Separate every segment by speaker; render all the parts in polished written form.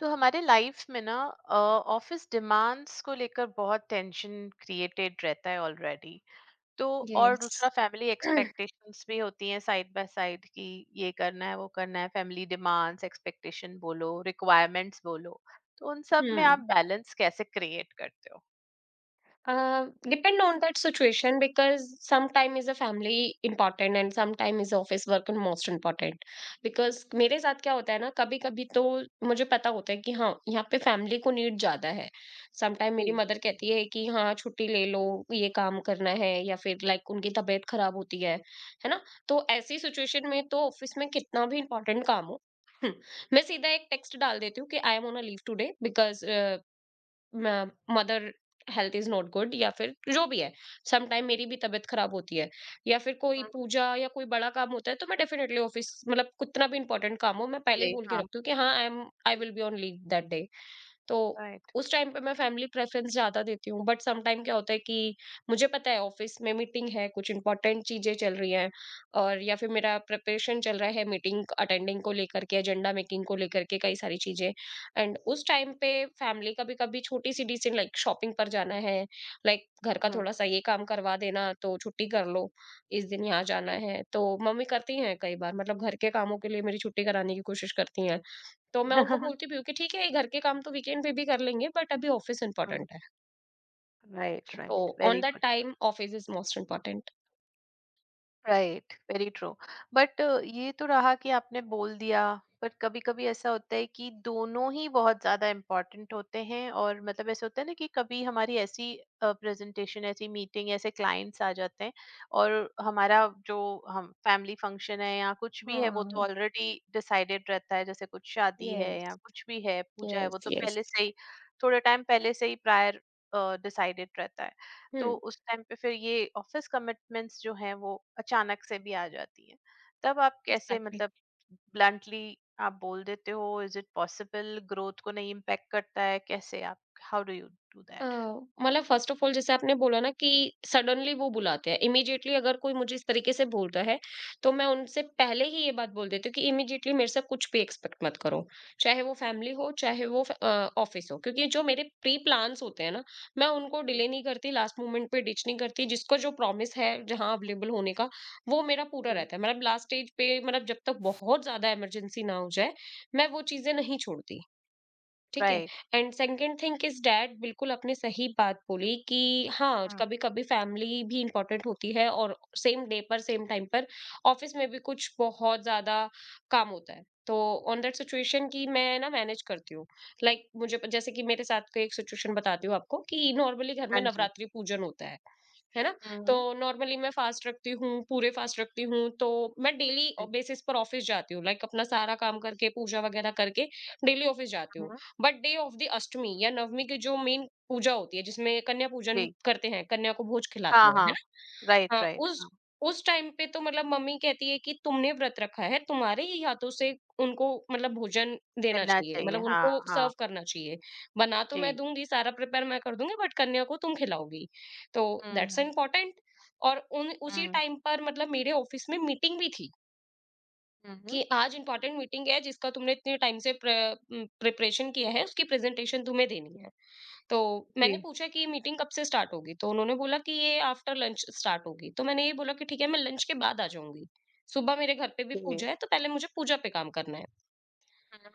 Speaker 1: तो हमारे लाइफ में ना ऑफिस डिमांड्स को लेकर बहुत टेंशन क्रिएटेड रहता है ऑलरेडी। तो और
Speaker 2: Yes।
Speaker 1: दूसरा फैमिली एक्सपेक्टेशंस भी होती हैं साइड बाय साइड कि ये करना है वो करना है, फैमिली डिमांड्स एक्सपेक्टेशन बोलो रिक्वायरमेंट्स बोलो। तो उन सब में आप
Speaker 2: Hmm।
Speaker 1: बैलेंस कैसे क्रिएट करते हो?
Speaker 2: Depend on that situation, because sometime is a family important and sometime is office work most important, because मेरे साथ क्या होता है ना, कभी कभी तो मुझे पता होता है कि हाँ यहाँ पे फैमिली को नीड ज्यादा है। समटाइम मेरी
Speaker 1: जी
Speaker 2: मदर कहती है कि हाँ छुट्टी ले लो, ये काम करना है, या फिर लाइक उनकी तबीयत खराब होती है ना। तो ऐसी सिचुएशन में तो ऑफिस में कितना भी इंपॉर्टेंट काम हो, हम्म, मैं सीधा एक टेक्स्ट डाल देती हूँ कि I am on a leave today because mother health is not good, या फिर जो भी है। सम टाइम मेरी भी तबीयत खराब होती है या फिर कोई
Speaker 1: हाँ,
Speaker 2: पूजा या कोई बड़ा काम होता है, तो मैं डेफिनेटली ऑफिस मतलब कितना भी इंपॉर्टेंट काम हो मैं पहले ही
Speaker 1: जी
Speaker 2: बोल के
Speaker 1: हाँ।
Speaker 2: रखती हूँ कि हाँ I am I will be on leave that day. तो
Speaker 1: राइट।
Speaker 2: उस टाइम पे मैं फैमिली प्रेफरेंस ज़्यादा देती हूँ। बट समटाइम क्या होता है कि मुझे पता है ऑफिस में मीटिंग है, कुछ इम्पोर्टेंट चीज़ें चल रही हैं और या फिर मेरा प्रिपरेशन चल रहा है मीटिंग अटेंडिंग को लेकर के, एजेंडा मेकिंग को लेकर के, कई सारी चीज़ें। एंड उस टाइम पे फैमिली कभी-कभी छोटी-सी डिसीज़न लाइक शॉपिंग पर जाना है, लाइक घर का
Speaker 1: हम्म।
Speaker 2: थोड़ा-सा ये काम करवा देना तो छुट्टी कर लो, इस दिन यहाँ जाना
Speaker 1: राइट,
Speaker 2: है। तो मम्मी करती हैं कई बार, मतलब घर के कामों के लिए मेरी छुट्टी कराने की कोशिश करती हैं। तो मैं उनको बोलती भी हूँ कि ठीक है, ये घर के काम तो वीकेंड पे भी कर लेंगे, बट अभी ऑफिस इंपॉर्टेंट है।
Speaker 1: राइट।
Speaker 2: तो
Speaker 1: right,
Speaker 2: on
Speaker 1: very
Speaker 2: that
Speaker 1: good.
Speaker 2: Time office is most important.
Speaker 1: Right, very true. But ये तो रहा कि आपने बोल दिया, पर कभी कभी ऐसा होता है कि दोनों ही बहुत ज्यादा इम्पोर्टेंट होते हैं और मतलब ऐसे होता है ना कि कभी हमारी ऐसी प्रेजेंटेशन, ऐसी मीटिंग, ऐसे क्लाइंट्स आ जाते हैं और हमारा जो हम फैमिली फंक्शन है या कुछ भी है वो तो
Speaker 2: हाँ।
Speaker 1: ऑलरेडी डिसाइडेड रहता है, जैसे कुछ शादी है या
Speaker 2: यस।
Speaker 1: कुछ भी है पूजा है
Speaker 2: यस
Speaker 1: वो तो
Speaker 2: यस।
Speaker 1: पहले से ही, थोड़े टाइम पहले से ही प्रायर डिसाइडेड रहता है। तो
Speaker 2: हम्म।
Speaker 1: उस टाइम पे फिर ये ऑफिस कमिटमेंट्स जो हैं वो अचानक से भी आ जाती हैं। तब आप कैसे
Speaker 2: Exactly।
Speaker 1: मतलब ब्लंटली आप बोल देते हो? Is it possible? ग्रोथ को नहीं इम्पैक्ट करता है? कैसे आप how do you do
Speaker 2: uh,
Speaker 1: that?
Speaker 2: मतलब फर्स्ट ऑफ ऑल, जैसे आपने बोला ना कि सडनली वो बुलाते हैं, इमीडिएटली, अगर कोई मुझे इस तरीके से बोलता है तो मैं उनसे पहले ही ये बात बोल देती हूँ कि इमीडिएटली मेरे से कुछ भी एक्सपेक्ट मत करो, चाहे वो फैमिली हो चाहे वो ऑफिस हो। क्योंकि जो मेरे प्री प्लान्स होते हैं ना, मैं उनको
Speaker 1: हुँ।
Speaker 2: डिले नहीं करती, लास्ट मोमेंट पे डिच नहीं करती। जिसको जो प्रॉमिस है जहाँ अवेलेबल होने का, वो मेरा पूरा
Speaker 1: हुँ।
Speaker 2: रहता है, मतलब लास्ट स्टेज पे, मतलब जब तक बहुत ज्यादा इमरजेंसी ना हो जाए, मैं वो चीजें नहीं छोड़ती। ठीक है?
Speaker 1: Right.
Speaker 2: And second thing is that, बिल्कुल आपने सही बात बोली कि हाँ,
Speaker 1: हुँ।
Speaker 2: कभी-कभी फैमिली भी इम्पोर्टेंट होती है और सेम डे पर, सेम टाइम पर ऑफ़िस में भी कुछ बहुत ज़्यादा काम होता है। तो ऑन दैट सिचुएशन कि मैं ना मैनेज करती हूँ। Like, मुझे प जैसे कि मेरे साथ का एक सिचुएशन बताती हूँ आपको कि नॉर्मली घर में
Speaker 1: हाँ जी।
Speaker 2: नवरात्रि पूजन होता है। है ना?
Speaker 1: हुँ,
Speaker 2: तो
Speaker 1: हुँ।
Speaker 2: नॉर्मली मैं फास्ट रखती हूँ, पूरे फास्ट रखती हूँ, तो मैं डेली
Speaker 1: जी।
Speaker 2: बेसिस पर ऑफिस जाती हूँ, लाइक अपना सारा काम करके, पूजा वगैरह करके डेली ऑफिस जाती हूँ।
Speaker 1: हुँ।
Speaker 2: But day of the Ashtami या नवमी की जो मेन पूजा होती है, जिसमें कन्या पूजन
Speaker 1: जी।
Speaker 2: करते हैं, कन्या को भोज खिलाते
Speaker 1: हाँ,
Speaker 2: हैं, है
Speaker 1: हाँ।
Speaker 2: ना?
Speaker 1: राइट,
Speaker 2: हाँ,
Speaker 1: राइट। हाँ।
Speaker 2: उस टाइम पे तो मतलब मम्मी कहती है कि तुमने व्रत रखा है, तुम्हारे ही हाथों से उनको मतलब भोजन देना
Speaker 1: मिलना
Speaker 2: चाहिए,
Speaker 1: चाहिए।
Speaker 2: मतलब
Speaker 1: हाँ,
Speaker 2: उनको सर्व
Speaker 1: हाँ।
Speaker 2: करना चाहिए। बना तो
Speaker 1: जी।
Speaker 2: मैं दूँगी, सारा प्रिपेयर मैं कर दूँगी, बट कन्या को तुम खिलाओगी। तो
Speaker 1: हुँ,
Speaker 2: दैट्स
Speaker 1: हुँ।
Speaker 2: इम्पोर्टेंट। और उन उसी
Speaker 1: हुँ,
Speaker 2: टाइम पर मतलब मेरे ऑफिस में मीटिंग भी थी
Speaker 1: हुँ, हुँ।
Speaker 2: कि आज इम्पोर्टेंट मीटिंग है जिसका तुमने इतने टाइम से प्रिपरेशन किया है, उसकी प्रेजेंटेशन तुम्हें देनी है। तो मैंने
Speaker 1: जी,
Speaker 2: पूछा कि मीटिंग कब से स्टार्ट होगी? तो उन्होंने बोला कि ये आफ्टर लंच स्टार्ट होगी। तो मैंने ये बोला कि ठीक है, मैं लंच के बाद आ जाऊँगी। सुबह मेरे घर पे भी
Speaker 1: जी।
Speaker 2: पूजा है तो पहले मुझे पूजा पे काम करना है।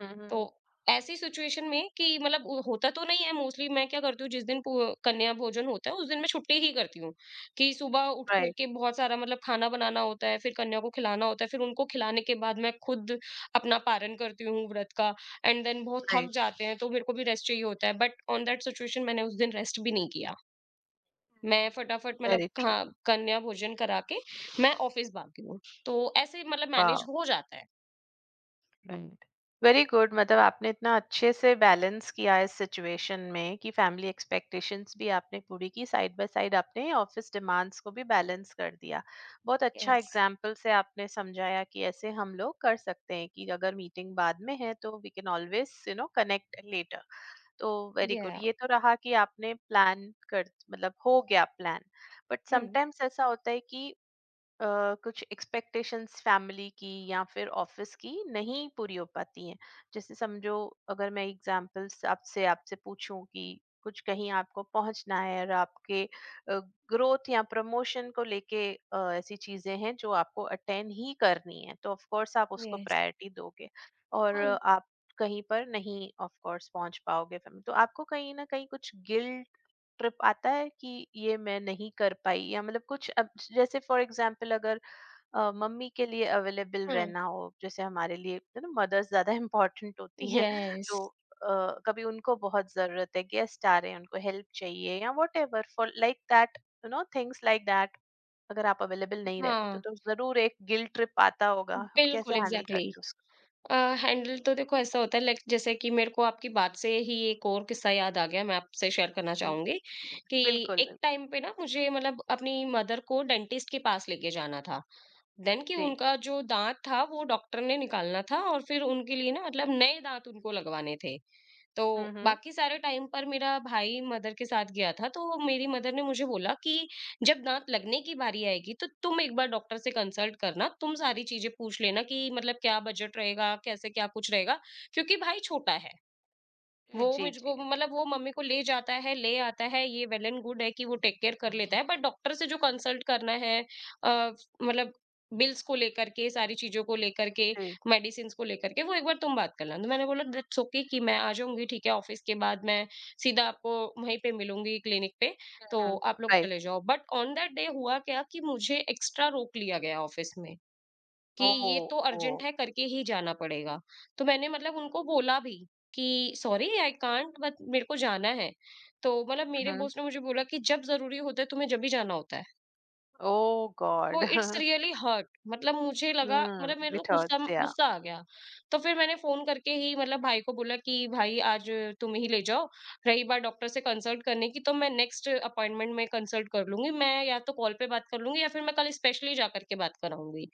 Speaker 1: हुँ, हुँ,
Speaker 2: तो
Speaker 1: हुँ।
Speaker 2: ऐसी सिचुएशन में, कि मतलब वो होता तो नहीं है, मोस्टली मैं क्या करती हूँ, जिस दिन कन्या भोजन होता है उस दिन मैं छुट्टी ही करती हूँ। कि सुबह उठ
Speaker 1: राइट,
Speaker 2: करके बहुत सारा मतलब खाना बनाना होता है, फिर कन्या को खिलाना होता है, फिर उनको खिलाने के बाद मैं खुद अपना पारण करती हूँ व्रत का। एंड देन बहुत थक
Speaker 1: राइट।
Speaker 2: जाते हैं तो मेरे को भी रेस्ट चाहिए होता है, बट ऑन दैट सिचुएशन मैंने उस दिन रेस्ट भी नहीं किया। मैं
Speaker 1: हुँ।
Speaker 2: फटाफट मतलब
Speaker 1: वेरी ट्रू।
Speaker 2: कन्या भोजन करा के मैं ऑफिस भाग गई हूँ। तो ऐसे मतलब मैनेज
Speaker 1: वाव!
Speaker 2: हो जाता है।
Speaker 1: Right, very good. मतलब आपने इतना अच्छे से बैलेंस किया है इस सिचुएशन में कि फैमिली एक्सपेक्टेशंस भी आपने पूरी की, साइड बाय साइड आपने ऑफिस डिमांड्स को भी बैलेंस कर दिया। बहुत अच्छा
Speaker 2: यस।
Speaker 1: एग्जाम्पल से आपने समझाया कि ऐसे हम लोग कर सकते हैं कि अगर मीटिंग बाद में है तो we can always you know connect later. तो वेरी गुड,
Speaker 2: या।
Speaker 1: ये तो रहा कि आपने प्लान कर मतलब हो गया प्लान। But
Speaker 2: hmm.
Speaker 1: समटाइम्स ऐसा होता है कि कुछ एक्सपेक्टेशंस फैमिली की या फिर ऑफिस की नहीं पूरी हो पाती हैं। जैसे समझो, अगर मैं एग्जांपल्स आपसे आपसे पूछूं कि कुछ कहीं आपको पहुंचना है और आपके ग्रोथ या प्रमोशन को लेके ऐसी चीजें हैं जो आपको अटेंड ही करनी है तो ऑफ कोर्स आप उसको
Speaker 2: यस।
Speaker 1: प्रायोरिटी दोगे, और आप कहीं पर नहीं ऑफ कोर्स पहुंच पाओगे फैमिली तो आपको कहीं ना कहीं कुछ गिल्ट ट्रिप आता है कि ये मैं नहीं कर पाई या मतलब कुछ अब, जैसे फॉर एग्जांपल अगर मम्मी के लिए अवेलेबल
Speaker 2: हाँ,
Speaker 1: रहना हो, जैसे हमारे लिए ना मदर्स ज्यादा इम्पोर्टेंट होती हैं।
Speaker 2: यस।
Speaker 1: तो कभी उनको बहुत जरूरत है, गेस्ट आ रहे हैं, उनको हेल्प चाहिए या whatever for like that, you know things like that, अगर आप अवेलेबल नहीं रह पाते
Speaker 2: हाँ,
Speaker 1: तो जरूर एक गिल्ट ट्रिप आता होगा, आप कैसे
Speaker 2: बिल्कुल
Speaker 1: हैंडल करते
Speaker 2: एग्ज़ैक्टली।
Speaker 1: हो उसको?
Speaker 2: अ, हैंडल तो देखो, ऐसा होता है, लाइक जैसे कि मेरे को आपकी बात से ही एक और किस्सा याद आ गया, मैं आपसे शेयर करना
Speaker 1: हम्म।
Speaker 2: चाहूँगी, कि
Speaker 1: बिल्कुल
Speaker 2: एक
Speaker 1: बिल्कुल।
Speaker 2: टाइम पे ना मुझे मतलब अपनी मदर को डेंटिस्ट के पास लेके जाना था। देन कि
Speaker 1: जी।
Speaker 2: उनका जो दाँत था वो डॉक्टर ने निकालना था, और फिर उनके लिए ना मतलब नए दाँत उनको लगवाने थे। तो
Speaker 1: हम्म।
Speaker 2: बाकी सारे टाइम पर मेरा भाई मदर के साथ गया था, तो मेरी मदर ने मुझे बोला कि जब दाँत लगने की बारी आएगी तो तुम एक बार डॉक्टर से कंसल्ट करना, तुम सारी चीज़ें पूछ लेना कि मतलब क्या बजट रहेगा, कैसे क्या कुछ रहेगा, क्योंकि भाई छोटा है।
Speaker 1: जी
Speaker 2: वो
Speaker 1: जी
Speaker 2: मुझको
Speaker 1: जी।
Speaker 2: मतलब वो मम्मी को ले जाता है, ले आता है, ये वेल एंड गुड है कि वो टेक केयर कर लेता है, बट डॉक्टर से जो कंसल्ट करना है, अ, मतलब बिल्स को लेकर के, सारी चीज़ों को लेकर के,
Speaker 1: जी।
Speaker 2: मेडिसिन्स को लेकर के, वो एक बार तुम बात कर लेना। तो मैंने बोला दैट्स ओके कि मैं आ जाऊँगी, ठीक है, ऑफ़िस के बाद मैं सीधा आपको वहीं पे मिलूँगी क्लिनिक पे, तो
Speaker 1: हम्म।
Speaker 2: आप लोग
Speaker 1: राइट।
Speaker 2: चले जाओ। बट ऑन दैट डे हुआ क्या कि मुझे एक्स्ट्रा रोक लिया गया ऑफ़िस में। कि
Speaker 1: ओ।
Speaker 2: ये तो
Speaker 1: ओ।
Speaker 2: अर्जेंट है करके ही जाना पड़ेगा। तो मैंने मतलब उनको बोला भी कि सॉरी आई कांट, बट मेरे को जाना है। तो मतलब मेरे बॉस ने मुझे बोला कि जब ज़रूरी होता है तुम्हें जब ही जाना होता है।
Speaker 1: Oh
Speaker 2: तो
Speaker 1: God.
Speaker 2: इट्स रियली हर्ट, मतलब मुझे लगा
Speaker 1: Hmm,
Speaker 2: मतलब मेरे को
Speaker 1: it
Speaker 2: गुस्सा
Speaker 1: hurts, yeah,
Speaker 2: गुस्सा आ गया। तो फिर मैंने फ़ोन करके ही मतलब भाई को बोला कि भाई आज तुम ही ले जाओ। रही बात डॉक्टर से कंसल्ट करने की, तो मैं नेक्स्ट अपॉइंटमेंट में कंसल्ट कर लूँगी। मैं या तो कॉल पे बात कर लूँगी या फिर मैं कल स्पेशली जा कर के बात कराऊँगी।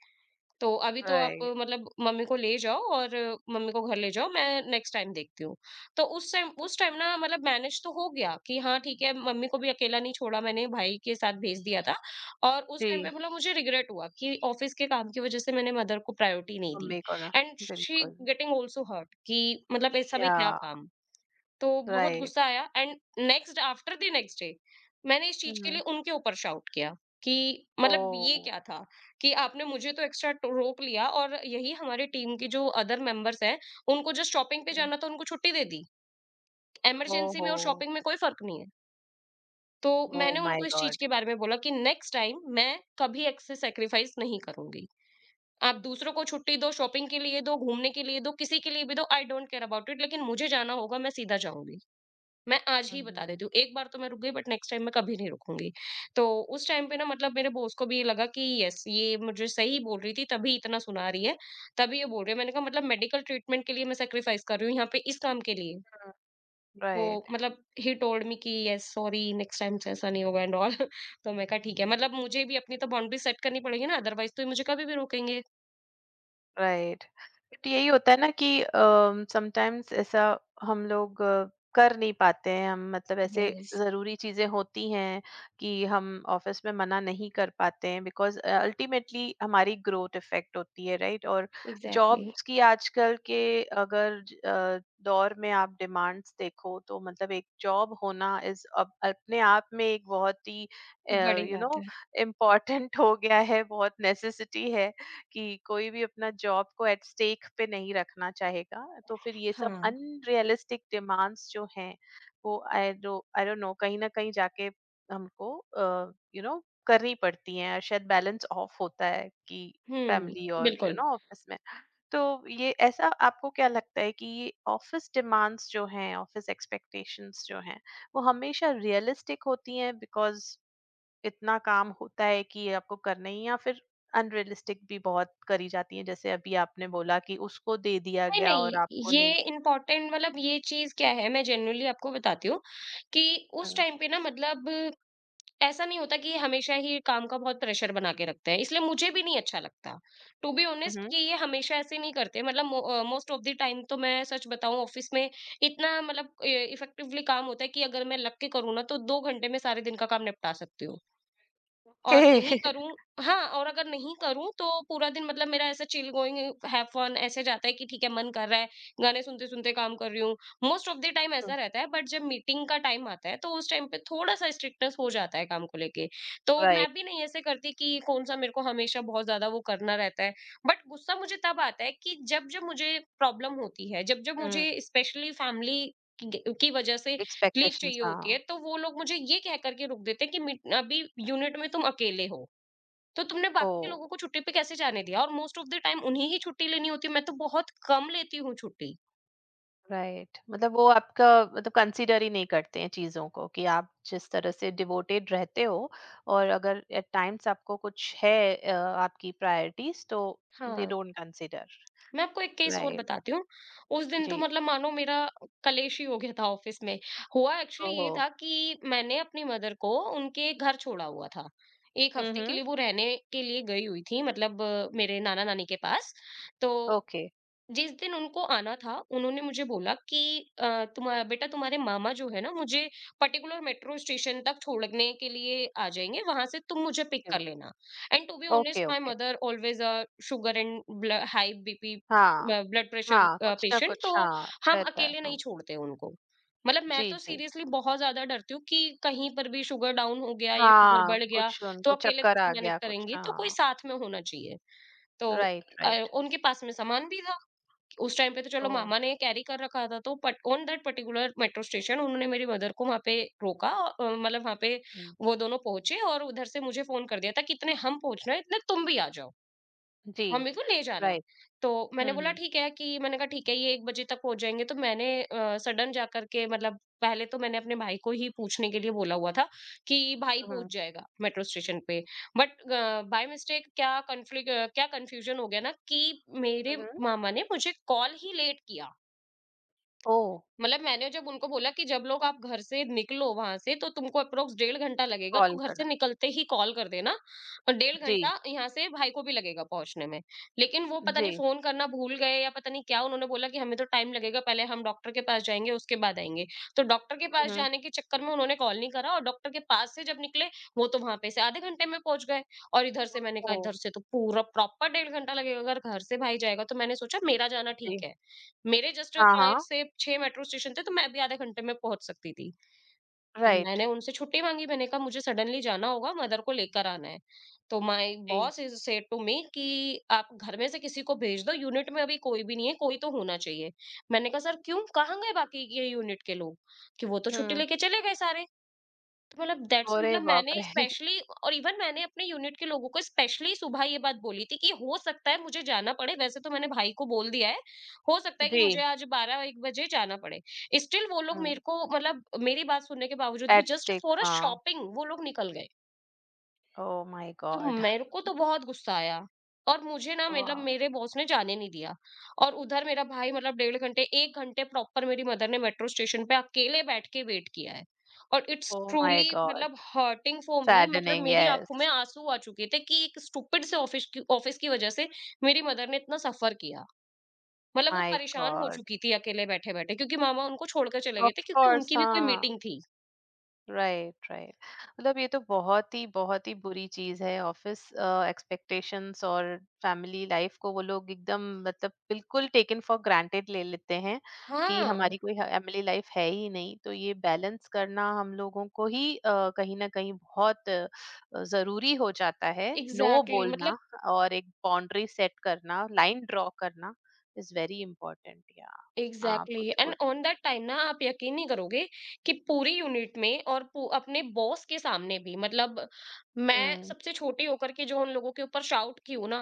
Speaker 2: तो अभी तो आप
Speaker 1: right.
Speaker 2: मतलब मम्मी को ले जाओ, और मम्मी को घर ले जाओ, मैं नेक्स्ट टाइम देखती हूँ। तो उस टाइम ना मतलब मैनेज तो हो गया कि हाँ ठीक है, मम्मी को भी अकेला नहीं छोड़ा, मैंने भाई के साथ भेज दिया था। और उस टाइम पे
Speaker 1: जी,
Speaker 2: मतलब मुझे रिग्रेट हुआ कि ऑफिस के काम की वजह से मैंने मदर को प्रायोरिटी नहीं दी।
Speaker 1: मम्मी को ना,
Speaker 2: एंड शी
Speaker 1: बिल्कुल,
Speaker 2: गेटिंग ऑल्सो हर्ट कि मतलब ऐसा भी क्या
Speaker 1: yeah,
Speaker 2: काम। तो बहुत
Speaker 1: right.
Speaker 2: गुस्सा आया। And next after the next day मैंने इस चीज के
Speaker 1: हुँ।
Speaker 2: लिए उनके ऊपर शाउट किया कि मतलब ये
Speaker 1: ओह!
Speaker 2: क्या था, कि आपने मुझे तो एक्स्ट्रा रोक लिया और यही हमारे टीम के जो अदर मेंबर्स हैं, उनको जस्ट शॉपिंग पे
Speaker 1: हुँ।
Speaker 2: जाना था उनको छुट्टी दे दी। इमरजेंसी में
Speaker 1: ओहो!
Speaker 2: और शॉपिंग में कोई फर्क नहीं है? तो
Speaker 1: ओह
Speaker 2: मैंने
Speaker 1: माय
Speaker 2: उनको इस चीज
Speaker 1: गॉड!
Speaker 2: के बारे में बोला कि नेक्स्ट टाइम मैं कभी एक्से सेक्रीफाइस नहीं करूंगी। आप दूसरों को छुट्टी दो शॉपिंग के लिए दो, घूमने के लिए दो, किसी के लिए भी दो, I don't care about it, लेकिन मुझे जाना होगा, मैं सीधा जाऊंगी, मैं आज ही बता
Speaker 1: हुँ।
Speaker 2: देती हूँ। एक बार तो मैं रुक गई, बट नेक्स्ट टाइम मैं कभी नहीं रुकूँगी। तो उस टाइम पे ना मतलब मेरे बॉस को भी ये लगा कि यस, ये मुझे सही बोल रही थी तभी इतना सुना रही है, तभी ये बोल रही है। मैंने कहा मतलब मेडिकल ट्रीटमेंट के लिए मैं सैक्रिफाइस कर रही हूँ यहाँ पे इस काम के लिए। तो
Speaker 1: राइट।
Speaker 2: मतलब ही टोल्ड मी कि यस सॉरी नेक्स्ट टाइम से ऐसा नहीं होगा एंड ऑल। तो मैं कहा ठीक है, मतलब मुझे भी अपनी तो बाउंड्री सेट करनी पड़ेगी ना, अदरवाइज़ तो ये मुझे कभी भी रोकेंगे।
Speaker 1: राइट, बट यही होता है ना कि समटाइम्स ऐसा हम लोग कर नहीं पाते हैं हम मतलब ऐसे
Speaker 2: यस,
Speaker 1: ज़रूरी चीज़ें होती हैं कि हम ऑफिस में मना नहीं कर पाते हैं बिकॉज अल्टीमेटली हमारी ग्रोथ इफेक्ट होती है, राइट? और
Speaker 2: एग्ज़ैक्टली।
Speaker 1: जॉब्स की आजकल के अगर ज- अ, दौर में आप डिमांड्स देखो तो मतलब एक जॉब होना इज अब अपने आप में एक बहुत ही
Speaker 2: बड़ी
Speaker 1: यू नो
Speaker 2: बात है।
Speaker 1: इम्पोर्टेंट हो गया है, बहुत नेसेसिटी है कि कोई भी अपना जॉब को एट स्टेक पे नहीं रखना चाहेगा। तो फिर ये सब
Speaker 2: हाँ।
Speaker 1: अनरियलिस्टिक डिमांड्स जो हैं वो आई डोंट नो कहीं ना कहीं जाके हमको यू नो करनी पड़ती हैं और शायद बैलेंस ऑफ होता है कि
Speaker 2: हुँ।
Speaker 1: फैमिली और यू
Speaker 2: बिल्कुल।
Speaker 1: नो ऑफिस में। तो ये ऐसा आपको क्या लगता है कि ये ऑफिस डिमांड्स जो हैं, ऑफिस एक्सपेक्टेशंस जो हैं वो हमेशा रियलिस्टिक होती हैं बिकॉज इतना काम होता है कि ये आपको करना ही है, या फिर अनरियलिस्टिक भी बहुत करी जाती है जैसे अभी आपने बोला कि उसको दे दिया
Speaker 2: नहीं,
Speaker 1: गया और
Speaker 2: नहीं,
Speaker 1: आपको नहीं
Speaker 2: ये
Speaker 1: दी?
Speaker 2: इम्पोर्टेंट मतलब ये चीज़ क्या है मैं जेन्युइनली आपको बताती हूँ, कि उस
Speaker 1: हाँ।
Speaker 2: टाइम पे ना मतलब ऐसा नहीं होता कि हमेशा ही काम का बहुत प्रेशर बना के रखते हैं, इसलिए मुझे भी नहीं अच्छा लगता। To be honest
Speaker 1: hmm.
Speaker 2: कि ये हमेशा ऐसे नहीं करते मतलब मोस्ट ऑफ द टाइम तो मैं सच बताऊँ ऑफ़िस में इतना मतलब ए इफ़ेक्टिवली काम होता है कि अगर मैं लग के करूँ ना तो 2 घंटे में सारे दिन का काम निपटा सकती हूँ। और नहीं
Speaker 1: ओके।
Speaker 2: करूँ। हाँ, और अगर नहीं करूँ तो पूरा दिन मतलब मेरा ऐसा चिल गोइंग हैव फन ऐसे जाता है कि ठीक है मन कर रहा है, गाने सुनते-सुनते काम कर रही हूँ। मोस्ट ऑफ द टाइम ऐसा रहता है बट जब मीटिंग का टाइम आता है तो उस टाइम पे थोड़ा-सा स्ट्रिक्टनेस हो जाता है काम को लेके। तो
Speaker 1: राइट।
Speaker 2: मैं भी नहीं ऐसे करती कि कौन-सा मेरे को हमेशा बहुत ज़्यादा वो करना रहता है। बट गुस्सा मुझे तब आता है कि जब-जब मुझे प्रॉब्लम होती है, जब-जब
Speaker 1: हम्म।
Speaker 2: मुझे स्पेशली फैमिली की वजह से लीव
Speaker 1: एक्सपेक्टेशंस,
Speaker 2: चाहिए
Speaker 1: हाँ।
Speaker 2: होती है, तो वो लोग मुझे ये कह कर के रोक देते हैं कि मिट अभी यूनिट में तुम अकेले हो, तो तुमने
Speaker 1: ओ।
Speaker 2: बाकी के लोगों को छुट्टी पे कैसे जाने दिया? और मोस्ट ऑफ द टाइम उन्हें ही छुट्टी लेनी होती है, मैं तो बहुत कम लेती हूँ छुट्टी।
Speaker 1: राइट, मतलब वो आपका मतलब कंसीडर ही नहीं करते हैं चीजों को कि आप जिस तरह से डिवोटेड रहते हो, और अगर एट टाइम्स आपको कुछ है आपकी प्रायोरिटीज तो दे
Speaker 2: हाँ,
Speaker 1: डोंट कंसीडर।
Speaker 2: मैं आपको एक केस और
Speaker 1: राइट।
Speaker 2: बताती हूँ। उस दिन तो
Speaker 1: जी।
Speaker 2: मतलब मानो मेरा कलेश ही हो गया था ऑफिस में। हुआ एक्चुअली
Speaker 1: ओहो।
Speaker 2: ये था कि मैंने अपनी मदर को उनके घर छोड़ा हुआ था। 1 हफ्ते के
Speaker 1: हम्म।
Speaker 2: लिए वो रहने के लिए गई हुई थी, मतलब मेरे नाना-नानी के पास। तो
Speaker 1: ओके।
Speaker 2: जिस दिन उनको आना था उन्होंने मुझे बोला कि तुम्हारा बेटा तुम्हारे मामा जो है ना मुझे पर्टिकुलर मेट्रो स्टेशन तक छोड़ने के लिए आ जाएंगे, वहां से तुम मुझे पिक कर लेना। And to be honest,
Speaker 1: okay,
Speaker 2: my
Speaker 1: okay.
Speaker 2: Mother always a sugar and high BP
Speaker 1: हाँ।
Speaker 2: ब्लड
Speaker 1: हाँ,
Speaker 2: प्रेशर
Speaker 1: कुछ ना
Speaker 2: पेशेंट। तो
Speaker 1: कुछ हाँ,
Speaker 2: हम
Speaker 1: रहता है।
Speaker 2: अकेले नहीं
Speaker 1: हुँ।
Speaker 2: छोड़ते उनको, मतलब मैं
Speaker 1: जी,
Speaker 2: तो
Speaker 1: जी।
Speaker 2: सीरियसली बहुत ज्यादा डरती हूँ कि कहीं पर भी शुगर डाउन हो गया या शुगर
Speaker 1: हाँ,
Speaker 2: बढ़ गया
Speaker 1: कुछ
Speaker 2: तो
Speaker 1: उनको
Speaker 2: अकेले
Speaker 1: चक्कर
Speaker 2: कैसे
Speaker 1: आ
Speaker 2: मैनेज
Speaker 1: गया कुछ।
Speaker 2: करेंगी, तो कोई
Speaker 1: हाँ।
Speaker 2: साथ में होना चाहिए। तो
Speaker 1: राइट,
Speaker 2: अ,
Speaker 1: राइट।
Speaker 2: उनके पास में सामान भी था उस टाइम पे, तो चलो
Speaker 1: ओह!
Speaker 2: मामा ने कैरी कर रखा था। तो put on that particular metro station उन्होंने मेरी मदर को वहां पे रोका और, मतलब वहां पे
Speaker 1: हुँ।
Speaker 2: वो दोनों पहुंचे, और उधर से मुझे फोन कर दिया था कि इतने हम पहुंच रहे हैं इतने तुम भी आ जाओ
Speaker 1: जी।
Speaker 2: मम्मी को ले जाना।
Speaker 1: राइट।
Speaker 2: तो मैंने
Speaker 1: हुँ,
Speaker 2: बोला
Speaker 1: हुँ।
Speaker 2: ठीक है, कि मैंने कहा ठीक है ये 1 बजे तक हो जाएँगे। तो मैंने सडन जा कर के, मतलब पहले तो मैंने अपने भाई को ही पूछने के लिए बोला हुआ था कि भाई
Speaker 1: हुँ,
Speaker 2: पहुँच
Speaker 1: हुँ।
Speaker 2: जाएगा मेट्रो स्टेशन पे। बट बाय मिस्टेक क्या कन्फ्यूजन हो गया ना कि मेरे
Speaker 1: हुँ, हुँ।
Speaker 2: मामा ने मुझे कॉल ही लेट किया।
Speaker 1: ओह!
Speaker 2: मतलब मैंने जब उनको बोला कि जब लोग आप घर से निकलो वहां से तो तुमको अप्रोक्स डेढ़ घंटा लगेगा, तो
Speaker 1: कॉल
Speaker 2: घर से
Speaker 1: करना।
Speaker 2: निकलते ही कॉल कर देना, और डेढ़ घंटा
Speaker 1: जी,
Speaker 2: यहाँ से भाई को भी लगेगा पहुंचने में। लेकिन वो पता
Speaker 1: जी।
Speaker 2: नहीं फोन करना भूल गए या पता नहीं क्या, उन्होंने बोला कि हमें तो टाइम लगेगा, पहले हम डॉक्टर के पास जाएंगे उसके बाद आएंगे। तो डॉक्टर के
Speaker 1: हुँ,
Speaker 2: पास
Speaker 1: हुँ।
Speaker 2: जाने के चक्कर में उन्होंने कॉल नहीं करा, और डॉक्टर के पास से जब निकले वो तो वहां पे से आधे घंटे में पहुंच गए। और इधर से मैंने कहा,
Speaker 1: ओह!
Speaker 2: इधर से तो पूरा प्रॉपर डेढ़ घंटा लगेगा अगर घर से भाई जाएगा, तो मैंने सोचा मेरा जाना
Speaker 1: जी।
Speaker 2: ठीक है। मेरे जस्ट
Speaker 1: हाँ,
Speaker 2: 5
Speaker 1: हाँ।
Speaker 2: से 6 मेट्रो स्टेशन थे, तो मैं भी आधे घंटे में पहुँच सकती थी। तो
Speaker 1: राइट।
Speaker 2: मैंने उनसे छुट्टी माँगी, मैंने कहा मुझे सडनली जाना होगा, मदर को लेकर आना है। तो माय
Speaker 1: जी।
Speaker 2: Boss is said to me कि आप घर में से किसी को भेज दो, यूनिट में अभी कोई भी नहीं है, कोई तो होना चाहिए। मैंने कहा सर क्यों? कहाँ गए बाकी ये यूनिट के लोग? कि वो तो छुट्टी
Speaker 1: हुँ।
Speaker 2: लेके चले गए सारे। तो मतलब दैट्स,
Speaker 1: अरे
Speaker 2: मतलब मैंने
Speaker 1: बाप रे!
Speaker 2: स्पेशली, और इवन मैंने अपने यूनिट के लोगों को स्पेशली सुबह ये बात बोली थी कि हो सकता है मुझे जाना पड़े, वैसे तो मैंने भाई को बोल दिया है, हो सकता है कि मुझे
Speaker 1: जी।
Speaker 2: आज बारह एक बजे जाना पड़े। स्टिल वो लोग
Speaker 1: हुँ।
Speaker 2: मेरे को, मतलब मेरी बात सुनने के बावजूद भी
Speaker 1: at
Speaker 2: just
Speaker 1: stake,
Speaker 2: for a
Speaker 1: हाँ।
Speaker 2: शॉपिंग वो लोग निकल गए।
Speaker 1: ओह माय
Speaker 2: तो
Speaker 1: गॉड!
Speaker 2: मेरे को तो बहुत गुस्सा आया, और मुझे ना मतलब
Speaker 1: वाह!
Speaker 2: मेरे बॉस ने जाने नहीं दिया। और उधर मेरा भाई, मतलब डेढ़ घंटे 1 घंटे प्रॉपर मेरी मदर ने मेट्रो स्टेशन पे अकेले बैठ के वेट किया है। और it's
Speaker 1: oh my
Speaker 2: truly,
Speaker 1: God!
Speaker 2: मतलब हर्टिंग फॉर मी, मतलब
Speaker 1: सैडनिंग,
Speaker 2: मेरी आंखों में
Speaker 1: येस।
Speaker 2: आंसू आ चुके थे कि एक स्टूपिड से ऑफिस की वजह से मेरी मदर ने इतना सफर किया। मतलब वो
Speaker 1: माय
Speaker 2: परेशान हो
Speaker 1: गॉड!
Speaker 2: चुकी थी अकेले बैठे-बैठे, क्योंकि मामा उनको छोड़कर चले गए
Speaker 1: ऑफ
Speaker 2: थे क्योंकि
Speaker 1: कोर्स
Speaker 2: उनकी भी कोई
Speaker 1: हाँ,
Speaker 2: मीटिंग थी।
Speaker 1: Right, right. मतलब ये तो बहुत ही बुरी चीज़ है। ऑफ़िस एक्सपेक्टेशंस और फैमिली लाइफ़ को वो लोग एकदम मतलब बिल्कुल टेकन फॉर ग्रांटेड ले लेते हैं कि
Speaker 2: हाँ,
Speaker 1: हमारी कोई ह फैमिली लाइफ़ है ही नहीं। तो ये बैलेंस करना हम लोगों को ही कहीं न कहीं बहुत ज़रूरी हो जाता है।
Speaker 2: Exactly
Speaker 1: no
Speaker 2: exactly. मतलब
Speaker 1: बोलना और एक बाउंड्री सेट करना, लाइन ड्रा करना इज़ वेरी इम्पोर्टेंट। या हाँ, आप
Speaker 2: एग्जैक्टली
Speaker 1: कुछ
Speaker 2: एंड
Speaker 1: बोल।
Speaker 2: ऑन दैट टाइम ना, आप यकीन नहीं करोगे कि पूरी यूनिट में और अपने बॉस के सामने भी, मतलब मैं
Speaker 1: हुँ।
Speaker 2: सबसे छोटी होकर के जो उन लोगों के ऊपर शाउट की हूँ ना,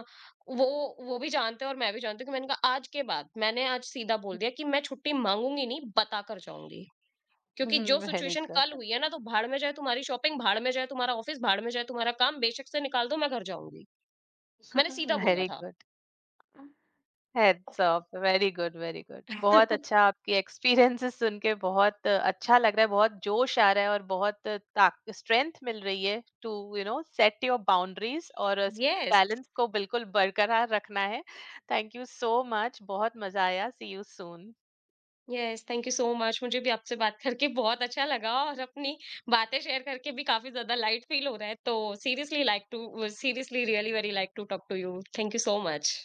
Speaker 2: वो वो भी जानते हैं और मैं भी जानती हूँ कि मैंने कहा आज के बाद, मैंने आज सीधा बोल दिया कि मैं छुट्टी मांगूंगी नहीं, बता कर जाऊंगी। क्योंकि जो
Speaker 1: वेरी
Speaker 2: सिचुएशन कल
Speaker 1: गुड,
Speaker 2: हुई है ना, तो भाड़ में जाए तुम्हारी शॉपिंग, भाड़ में जाए तुम्हारा ऑफिस, भाड़ में जाए तुम्हारा काम, बेशक से निकाल दो, मैं घर जाऊंगी। मैंने सीधा बोला
Speaker 1: वेरी
Speaker 2: था।
Speaker 1: Good. Heads up. Very good, very good. बहुत अच्छा, आपकी एक्सपीरियंसेस सुन के बहुत अच्छा लग रहा है, बहुत जोश आ रहा है और बहुत ताक स्ट्रेंथ मिल रही है to you know set your boundaries और
Speaker 2: यस,
Speaker 1: बैलेंस को बिल्कुल बरकरार रखना है। थैंक यू सो मच, बहुत मजा आया, see you soon.
Speaker 2: Yes, thank you so much. मुझे भी आपसे बात करके बहुत अच्छा लगा, और अपनी बातें शेयर करके भी काफी ज्यादा लाइट फील हो रहा है। तो seriously really very like to talk to you. Thank you so much.